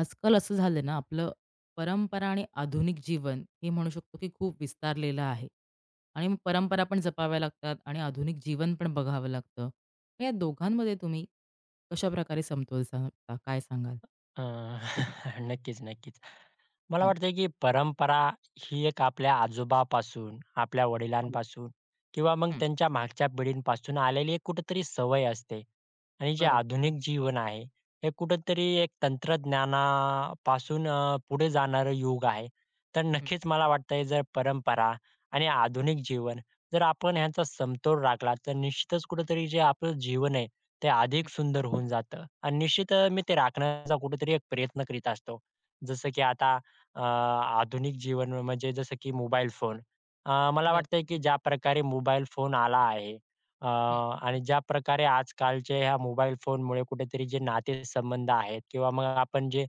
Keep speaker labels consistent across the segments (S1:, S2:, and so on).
S1: आजकाल असं झालं ना आपलं परंपरा आणि आधुनिक जीवन हे म्हणू शकतो की खूप विस्तारलेलं आहे आणि मग परंपरा पण जपाव्या लागतात आणि आधुनिक जीवन पण बघावं लागतं मग या दोघांमध्ये तुम्ही कशा प्रकारे समतोल साधता काय सांगाल.
S2: अ, नक्कीच, नक्कीच. मला
S1: हं,
S2: वाटतंय, की परंपरा ही एक आपल्या आजोबापासून, आपल्या
S1: हो,
S2: वडिलांपासून किंवा मग
S1: हं,
S2: त्यांच्या मागच्या पिढींपासून आलेली एक कुठेतरी सवय असते. आणि जे
S1: बरोबर,
S2: आधुनिक जीवन आहे, हे कुठेतरी एक तंत्रज्ञानापासून पुढे जाणारं युग आहे. तर
S1: हं,
S2: नक्कीच मला वाटतंय, जर परंपरा आणि आधुनिक जीवन जर आपण ह्यांचा समतोल राखला, तर निश्चितच कुठेतरी जे आपलं जीवन आहे, ते अधिक
S1: हं,
S2: सुंदर होऊन जातं आणि निश्चित मी ते राखण्याचा कुठेतरी एक प्रयत्न करीत असतो. जसं की आता आधुनिक जीवन म्हणजे जसं की मोबाईल फोन. मला
S1: बरं,
S2: वाटतंय की ज्या प्रकारे मोबाईल फोन आला आहे
S1: हं,
S2: आणि ज्या प्रकारे आजकालचे ह्या मोबाईल फोनमुळे कुठेतरी जे नातेसंबंध आहेत किंवा मग आपण जे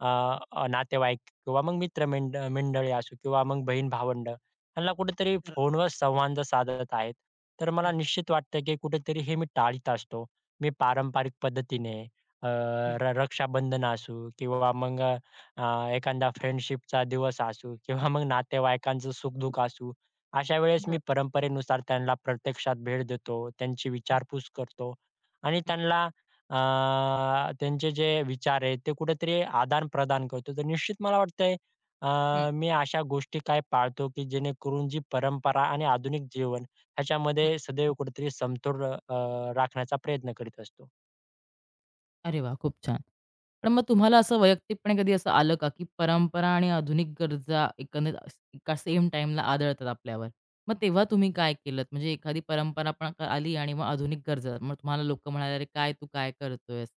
S2: अ, अ, नातेवाईक किंवा मग मित्र मंडळी असो किंवा मग बहीण-भावंड ह्यांना कुठेतरी
S1: बरं,
S2: फोनवर संवाद साधत आहेत. तर मला
S1: हं,
S2: निश्चित वाटतं की कुठेतरी हे मी टाळीत असतो. मी पारंपरिक पद्धतीने अ,
S1: हं,
S2: रक्षाबंधन असू किंवा मग एखादा फ्रेंडशिपचा दिवस असू किंवा मग नातेवाईकांचं सुख-दुःख असू, अशा वेळेस मी
S1: बरं,
S2: परंपरेनुसार त्यांना प्रत्यक्षात भेट देतो, त्यांची
S1: हं,
S2: विचारपूस करतो आणि
S1: हं,
S2: त्यांना अ, त्यांचे जे विचार आहेत ते कुठेतरी आदान-प्रदान करतो. तर निश्चित मला वाटतंय
S1: हं.
S2: अ, मी अशा गोष्टी काय पाळतो की जेणेकरून जी परंपरा आणि आधुनिक जीवन
S1: हं.
S2: ह्याच्यामध्ये सदैव कुठेतरी समतोल राखण्याचा प्रयत्न करीत असतो.
S1: अरे वाह! खूप छान. पण मग तुम्हाला असं वैयक्तिकपणे कधी असं आलं का, की परंपरा आणि आधुनिक गरजा एकंदरीत एका सेम टाईमला आदळतात आपल्यावर. मग तेव्हा तुम्ही काय केलत? म्हणजे एखादी परंपरा पण आली आणि मग आधुनिक गरजा. मग तुम्हाला लोकं म्हणाले, "अरे काय तू काय करतोयस?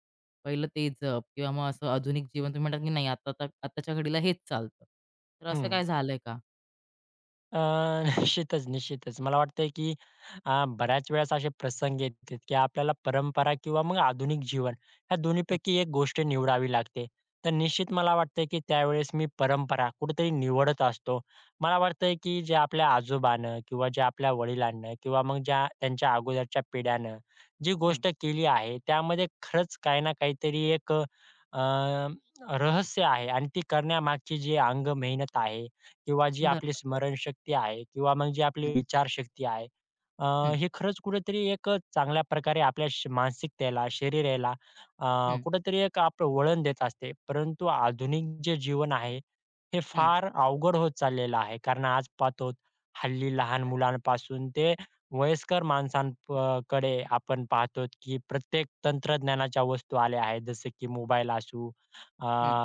S1: पहिलं ते जप." किंवा मग असं आधुनिक जीवन तुम्ही म्हणतात, की "नाही आता तर आत्ताच्या घडीला हेच चालतं." तर असं
S2: हं.
S1: काय झालंय का?
S2: अ, निश्चितच, निश्चितच. मला वाटतंय, की बऱ्याच वेळेस असे प्रसंग येतात, की आपल्याला परंपरा किंवा मग आधुनिक जीवन ह्या
S1: हं,
S2: दोन्हीपैकी एक गोष्ट निवडावी लागते. तर निश्चित मला वाटतंय, की त्यावेळेस मी परंपरा कुठेतरी निवडत असतो. मला वाटतंय, की जे आपल्या आजोबानं किंवा जे आपल्या वडिलांनं किंवा मग ज्या त्यांच्या अगोदरच्या पिढ्यानं जी
S1: हं.
S2: गोष्ट केली आहे, त्यामध्ये खरंच काही ना काहीतरी एक अ, रहस्य आहे आणि ती करण्यामागची जी अंग मेहनत आहे किंवा जी
S1: बरोबर.
S2: आपली स्मरणशक्ती आहे किंवा मग जी आपली विचारशक्ती आहे, अ,
S1: हं,
S2: हे खरंच कुठेतरी एक चांगल्या प्रकारे आपल्या मानसिकतेला, शरीराला
S1: हं,
S2: कुठेतरी एक आपलं वळण देत असते. परंतु आधुनिक जे जीवन आहे, हे
S1: हं,
S2: फार अवघड होत चाललेलं आहे. कारण आज पाहतो हल्ली लहान मुलांपासून ते वयस्कर माणसां आपण पाहतो की प्रत्येक तंत्रज्ञानाच्या वस्तू आल्या आहेत. जसं की मोबाईल असू, अ,
S1: हं,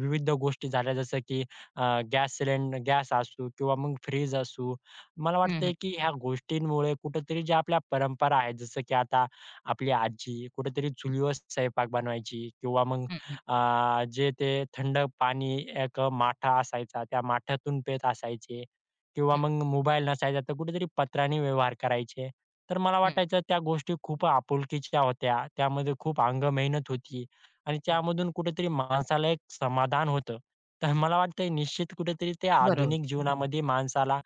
S2: विविध गोष्टी झाल्या जसं की गॅस असू किंवा मग फ्रीज असू. मला
S1: हं, हं,
S2: वाटतंय की ह्या गोष्टींमुळे कुठेतरी ज्या आपल्या परंपरा आहेत, जसं की आता आपली आजी कुठेतरी चुलीवर स्वयंपाक बनवायची किंवा मग
S1: हं, हं,
S2: जे ते थंड पाणी एक माठा असायचा, त्या माठ्यातून पीत असायचे किंवा
S1: हं,
S2: मग मोबाईल नसायचा तर कुठेतरी पत्राने व्यवहार करायचे. तर मला
S1: हं,
S2: वाटायचं त्या गोष्टी खूप आपुलकीच्या होत्या. त्यामध्ये खूप अंग मेहनत होती आणि
S1: हं.
S2: त्यामधून कुठेतरी माणसाला एक समाधान होतं. तर मला वाटतंय निश्चित कुठेतरी ते
S1: बरोबर.
S2: आधुनिक जीवनामध्ये माणसाला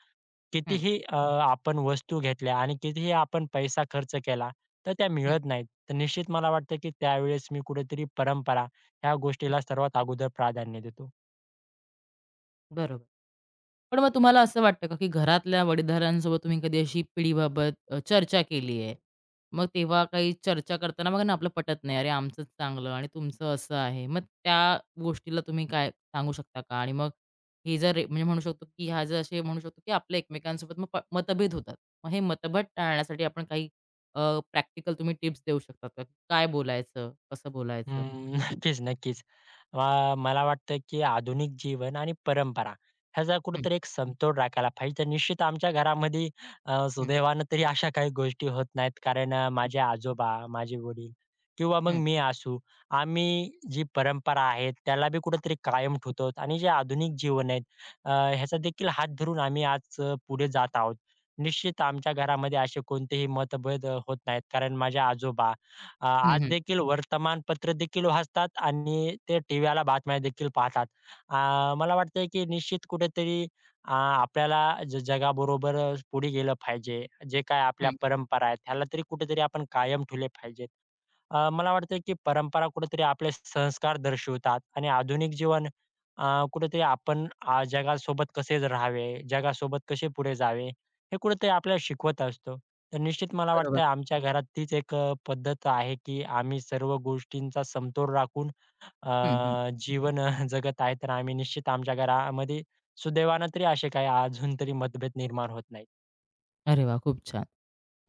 S1: हं,
S2: कितीही आपण वस्तू घेतल्या आणि कितीही आपण पैसा खर्च केला, तर त्या
S1: हं,
S2: मिळत नाहीत. तर निश्चित मला वाटतं, की त्यावेळेस मी कुठेतरी परंपरा ह्या
S1: हं.
S2: गोष्टीला सर्वात अगोदर प्राधान्य देतो.
S1: बरोबर. पण मग तुम्हाला असं वाटतं का, की घरातल्या वडीलधाऱ्यांसोबत तुम्ही कधी अशी पिढीबाबत चर्चा केली आहे? मग तेव्हा काही चर्चा करताना बघा ना, आपलं पटत नाही. अरे, आमचंच चांगलं आणि तुमचं असं आहे. मग त्या गोष्टीला तुम्ही काय सांगू शकता का? आणि मग हे जर म्हणजे म्हणू शकतो, की ह्या जर असे म्हणू शकतो, की आपल्या एकमेकांसोबत मग मतभेद होतात. मग हे मतभेद टाळण्यासाठी आपण काही प्रॅक्टिकल तुम्ही टिप्स देऊ शकता का? काय बोलायचं? कसं बोलायचं?
S2: हम्म, नक्कीच, नक्कीच. मला वाटतं, की आधुनिक जीवन आणि परंपरा ह्याचा
S1: हं,
S2: कुठेतरी एक समतोल राखायला पाहिजे. तर निश्चित आमच्या घरामध्ये
S1: हं,
S2: सुदैवानं तरी अशा काही गोष्टी होत नाहीत. कारण
S1: हं,
S2: माझे आजोबा, माझे वडील किंवा मग
S1: हं,
S2: मी असू, आम्ही जी परंपरा आहे त्याला बी कुठेतरी कायम ठेवतो आणि जे आधुनिक जीवन आहे अ, ह्याचा देखील हात धरून आम्ही आज पुढे जात आहोत. निश्चित आमच्या घरामध्ये असे कोणतेही मतभेद होत नाहीत. कारण माझे आजोबा
S1: हं,
S2: आज
S1: हं,
S2: देखील वर्तमानपत्र देखील वाचतात आणि ते टीव्हीला बातम्या देखील पाहतात. अ, मला वाटतंय की निश्चित कुठेतरी आपल्याला जगाबरोबर पुढे गेलं पाहिजे. जे काही आपल्या
S1: हं,
S2: परंपरा आहेत, ह्याला तरी कुठेतरी आपण कायम ठेवले पाहिजेत. मला वाटतं की परंपरा कुठेतरी आपले संस्कार दर्शवतात आणि आधुनिक जीवन कुठेतरी आपण जगासोबत कसे राहावे, जगासोबत कसे पुढे जावे, हे कुठेतरी आपल्याला शिकवत असतो. तर निश्चित मला
S1: बरोबर.
S2: वाटतं आमच्या घरात तीच एक पद्धत आहे की आम्ही सर्व गोष्टींचा समतोल राखून
S1: हं, हं.
S2: जीवन जगत आहे. तर आम्ही निश्चित आमच्या घरामध्ये सुदैवानं तरी असे काही अजून तरी मतभेद निर्माण होत नाहीत.
S1: अरे वाह! खूप छान.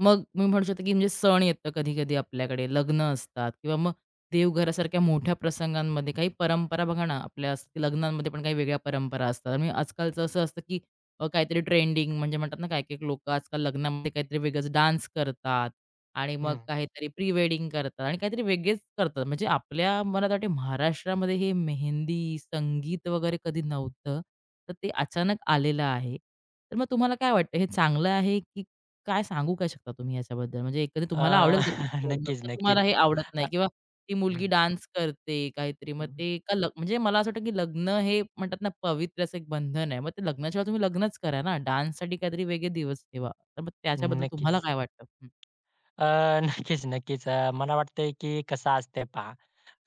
S1: मग मी म्हणू शकतो, की म्हणजे सण येतं कधी-कधी आपल्याकडे, लग्न असतात किंवा मग देवघरासारख्या मोठ्या प्रसंगांमध्ये काही परंपरा बघा ना, आपल्या असतात. लग्नांमध्ये पण काही वेगळ्या परंपरा असतात आणि आजकालचं असं असतं, की काहीतरी ट्रेंडिंग म्हणजे म्हणतात ना, काही-काही लोकं आजकाल लग्नामध्ये काहीतरी वेगळंच डान्स करतात आणि मग
S2: हं.
S1: काहीतरी प्री वेडिंग करतात आणि काहीतरी वेगळेच करतात. म्हणजे आपल्या मला वाटते महाराष्ट्रामध्ये हे मेहंदी, संगीत वगैरे कधी नव्हतं. तर ते अचानक आलेलं आहे. तर मग तुम्हाला काय वाटतं हे चांगलं आहे की काय सांगू काय शकता तुम्ही याच्याबद्दल? म्हणजे एकंदरीत
S2: अ,
S1: तुम्हाला आवडेल का तुमच्या लग्नात
S2: नक्कीच,
S1: का तुम्हाला
S2: नक्कीच.
S1: हे आवडत
S2: अ
S1: नाही किंवा ती मुलगी
S2: हं,
S1: डान्स करते काहीतरी मग
S2: हं.
S1: ते का म्हणजे मला असं वाटतं की लग्न हे म्हणतात ना पवित्र असं एक बंधन आहे. मग ते लग्नाशिवाय तुम्ही लग्नच करा ना. डान्ससाठी काहीतरी वेगळे दिवस ठेवा. तर मग त्याच्याबद्दल तुम्हाला
S2: नक्कीच.
S1: काय वाटतं? हं,
S2: अ, नक्कीच, नक्कीच. मला वाटतंय की कसं असतंय पहा,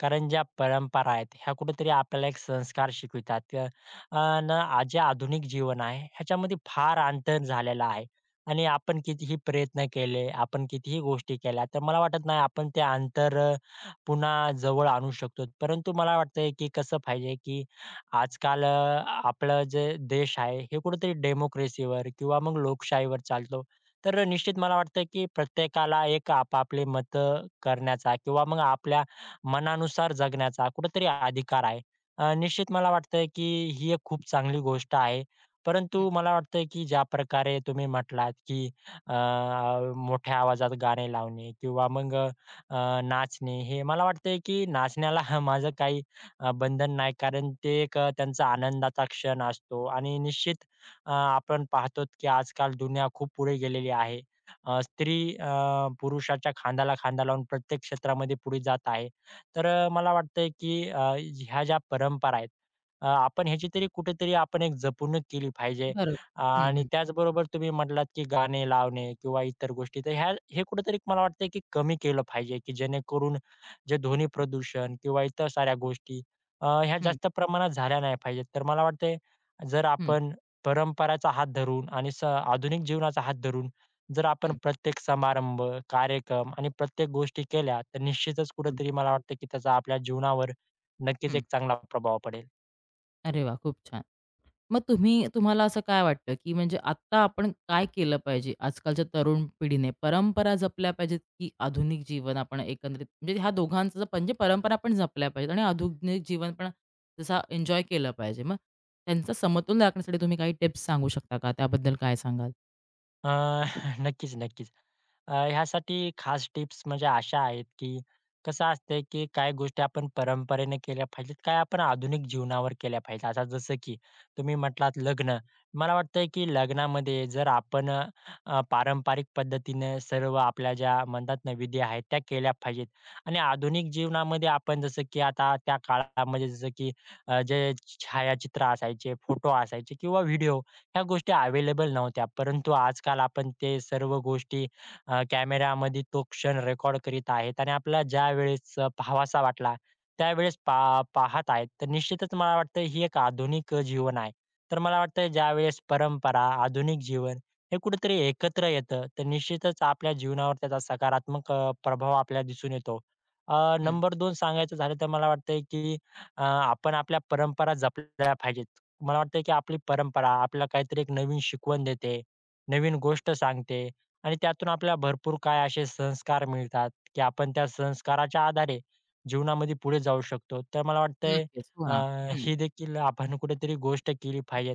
S2: कारण ज्या परंपरा आहेत, ह्या कुठेतरी आपल्याला एक संस्कार शिकवितात. आणि जे आधुनिक जीवन आहे, ह्याच्यामध्ये फार अंतर झालेलं आहे आणि आपण कितीही प्रयत्न केले, आपण कितीही गोष्टी केल्या, तर मला वाटत नाही आपण ते अंतर पुन्हा जवळ आणू शकतो. परंतु मला वाटतंय की कसं पाहिजे की आजकाल आपलं जे देश आहे, हे कुठेतरी डेमोक्रेसीवर किंवा मग लोकशाहीवर चालतो. तर निश्चित मला वाटतं, की प्रत्येकाला एक आपापले मत करण्याचा किंवा मग आपल्या मनानुसार जगण्याचा कुठेतरी अधिकार आहे. निश्चित मला वाटतं, की ही एक खूप चांगली गोष्ट आहे.
S1: हं.
S2: परंतु मला वाटतं, की ज्या प्रकारे तुम्ही म्हटलात, की अ, मोठ्या आवाजात गाणे लावणे किंवा मग नाचणे हे मला वाटतं, की नाचण्याला माझं काही बंधन नाही. कारण ते एक त्यांचा आनंदाचा क्षण असतो आणि निश्चित आपण पाहतो की आजकाल दुनिया खूप पुढे गेलेली आहे. स्त्री पुरुषाच्या खांद्याला खांदा लावून प्रत्येक क्षेत्रामध्ये पुढे जात आहे. तर मला वाटतंय की ह्या ज्या परंपरा आहेत, आपण ह्याची तरी कुठेतरी आपण एक जपणूक केली पाहिजे.
S1: बरोबर. हं,
S2: आणि
S1: हं.
S2: त्याचबरोबर तुम्ही म्हटलात की गाणे लावणे किंवा इतर गोष्टी, तर ह्या हे कुठेतरी मला वाटतंय की कमी केलं पाहिजे, की जेणेकरून जे ध्वनी प्रदूषण किंवा इतर साऱ्या गोष्टी ह्या
S1: हं,
S2: जास्त प्रमाणात झाल्या नाही पाहिजेत. तर मला वाटतंय जर
S1: हं,
S2: आपण परंपराचा हात धरून आणि आधुनिक जीवनाचा हात धरून जर आपण
S1: हं,
S2: प्रत्येक समारंभ, कार्यक्रम आणि प्रत्येक गोष्टी केल्या, तर निश्चितच
S1: हं,
S2: कुठेतरी मला वाटतं की त्याचा आपल्या जीवनावर नक्कीच
S1: हं.
S2: एक चांगला प्रभाव पडेल.
S1: अरे वाह! खूप छान. मग तुम्ही तुम्हाला असं काय वाटतं, की म्हणजे आत्ता आपण काय केलं पाहिजे आजकालच्या तरुण पिढीने? परंपरा जपल्या पाहिजेत, की आधुनिक जीवन आपण एकंदरीत म्हणजे ह्या दोघांचं म्हणजे परंपरा पण जपल्या पाहिजेत आणि आधुनिक जीवन पण जसा एन्जॉय केलं पाहिजे. मग त्यांचा समतोल राखण्यासाठी तुम्ही काही टिप्स सांगू शकता का? त्याबद्दल काय सांगाल?
S2: अ, नक्कीच, नक्कीच. ह्यासाठी खास टिप्स म्हणजे अशा आहेत, की कसं असतंय, की काही गोष्टी आपण परंपरेने केल्या पाहिजेत, काय आपण आधुनिक जीवनावर केल्या पाहिजेत. आता जसं की तुम्ही म्हटलात लग्न. मला वाटतंय, की लग्नामध्ये जर आपण पारंपरिक पद्धतीने सर्व आपल्या ज्या म्हणतात ना, विधी आहेत त्या केल्या पाहिजेत. आणि आधुनिक जीवनामध्ये आपण जसं की आता त्या काळामध्ये जसं की जे छायाचित्र असायचे, फोटो असायचे किंवा व्हिडिओ ह्या गोष्टी अवेलेबल नव्हत्या. परंतु आजकाल आपण ते सर्व गोष्टी कॅमेरामध्ये तो क्षण रेकॉर्ड करीत आहेत आणि आपल्याला ज्यावेळेस पाहावासा वाटला, त्यावेळेस पाहत आहेत. तर निश्चितच मला वाटतं ही एक आधुनिक जीवन आहे. तर मला वाटतं ज्यावेळेस परंपरा, आधुनिक जीवन हे कुठेतरी एकत्र येतं, तर निश्चितच आपल्या जीवनावर त्याचा सकारात्मक प्रभाव आपल्याला दिसून येतो.
S1: हं.
S2: नंबर 2 सांगायचं झालं तर मला वाटतंय, की आपण आपल्या परंपरा जपल्या पाहिजेत. मला वाटतंय की आपली परंपरा आपल्याला काहीतरी एक नवीन शिकवण देते, नवीन गोष्ट सांगते आणि त्यातून आपल्याला भरपूर काय असे संस्कार मिळतात, की आपण त्या संस्काराच्या आधारे जीवनामध्ये पुढे जाऊ शकतो. तर मला वाटतंय
S1: नक्कीच. हो
S2: अ,
S1: ना. हं,
S2: ही देखील आपण कुठेतरी गोष्ट केली पाहिजे.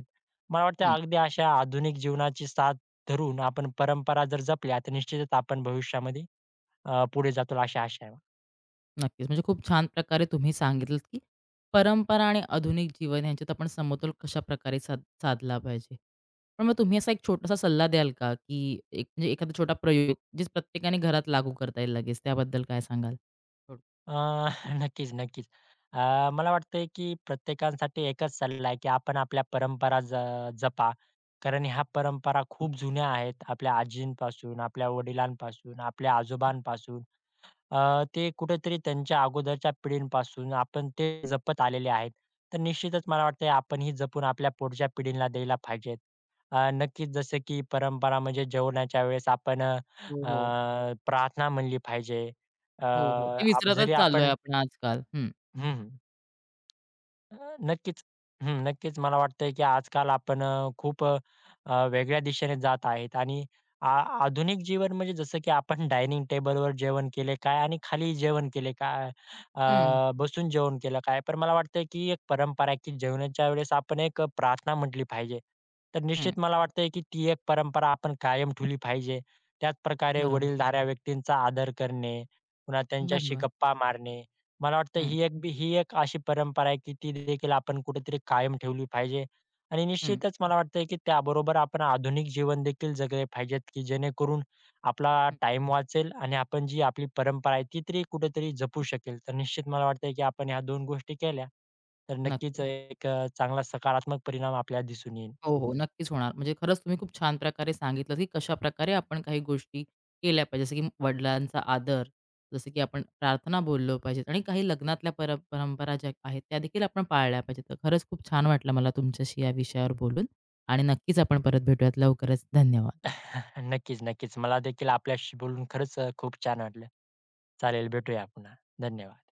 S2: मला वाटतं
S1: हं.
S2: अगदी अशा आधुनिक जीवनाची साथ धरून आपण परंपरा जर जपल्या, तर निश्चितच आपण भविष्यामध्ये पुढे जातो अशी आशा आहे.
S1: नक्कीच. म्हणजे खूप छान प्रकारे तुम्ही सांगितलंत, की परंपरा आणि आधुनिक जीवन यांच्यात आपण समतोल कशाप्रकारे साधला पाहिजे. पण मग तुम्ही असा एक छोटासा सल्ला द्याल का, की एक म्हणजे एखादा छोटा प्रयोग, जे प्रत्येकाने घरात लागू करता येईल लगेच, त्याबद्दल काय सांगाल? थोडं.
S2: अ, नक्कीच, नक्कीच. मला वाटतंय की प्रत्येकासाठी एकच सल्ला आहे की आपण आपल्या परंपरा जपा. कारण ह्या परंपरा खूप जुन्या आहेत. आपल्या आजींपासून, आपल्या वडिलांपासून, आपल्या आजोबांपासून ते कुठेतरी त्यांच्या अगोदरच्या पिढींपासून आपण ते जपत आलेले आहेत. तर निश्चितच मला वाटतंय आपण ही जपून आपल्या पुढच्या पिढीला द्यायला पाहिजेत. नक्कीच जसं की परंपरा म्हणजे जेवणाच्या वेळेस आपण
S1: हो, हो.
S2: प्रार्थना म्हणली पाहिजे.
S1: हो, हो. ते
S2: जरी
S1: विसरतच चाललोय
S2: आपण
S1: आपण आजकाल. हं.
S2: हं, अ, नक्कीच. हं, नक्कीच मला वाटतंय की आजकाल आपण खूप अ, अ, वेगळ्या दिशेने जात आहेत आणि आ आधुनिक जीवन म्हणजे जसं की आपण डायनिंग टेबलवर जेवण केले काय आणि खाली जेवण केले काय,
S1: हं.
S2: बसून जेवण केलं काय. पण मला वाटतंय की एक परंपरा आहे की जेवणाच्या वेळेस आपण एक प्रार्थना म्हटली पाहिजे. तर
S1: हं.
S2: निश्चित मला वाटतंय की ती एक परंपरा आपण कायम ठेवली पाहिजे. त्याचप्रकारे
S1: बरोबर.
S2: वडीलधाऱ्या व्यक्तींचा आदर करणे, पुन्हा त्यांच्याशी
S1: बरोबर.
S2: गप्पा मारणे मला वाटतं
S1: हं,
S2: ही एक अशी परंपरा आहे की ती देखील आपण कुठेतरी कायम ठेवली पाहिजे. आणि
S1: हं,
S2: निश्चितच मला वाटतंय की त्याबरोबर आपण आधुनिक जीवन देखील जगले पाहिजेत की जेणेकरून आपला
S1: हं.
S2: टाईम वाचेल आणि आपण जी आपली परंपरा आहे ती तरी कुठेतरी जपू शकेल. तर निश्चित मला वाटतंय की आपण ह्या 2 गोष्टी केल्या तर
S1: नक्कीच.
S2: नक्कीच एक चांगला सकारात्मक परिणाम आपल्याला दिसून येईल.
S1: हो, हो. नक्कीच होणार. म्हणजे खरंच तुम्ही खूप छान प्रकारे सांगितलं, की कशा प्रकारे आपण काही गोष्टी केल्या पाहिजे. जसं की वडिलांचा आदर, जसं की आपण प्रार्थना बोललो पाहिजेत आणि काही लग्नातल्या परंपरा ज्या आहेत, त्यादेखील आपण पाळल्या पाहिजेत. तर खरंच खूप छान वाटलं मला तुमच्याशी या विषयावर बोलून आणि नक्कीच आपण परत भेटूयात लवकरच. धन्यवाद.
S2: नक्कीच, नक्कीच. मला देखील आपल्याशी बोलून खरंच खूप छान वाटलं. चालेल भेटूया पुन्हा. धन्यवाद.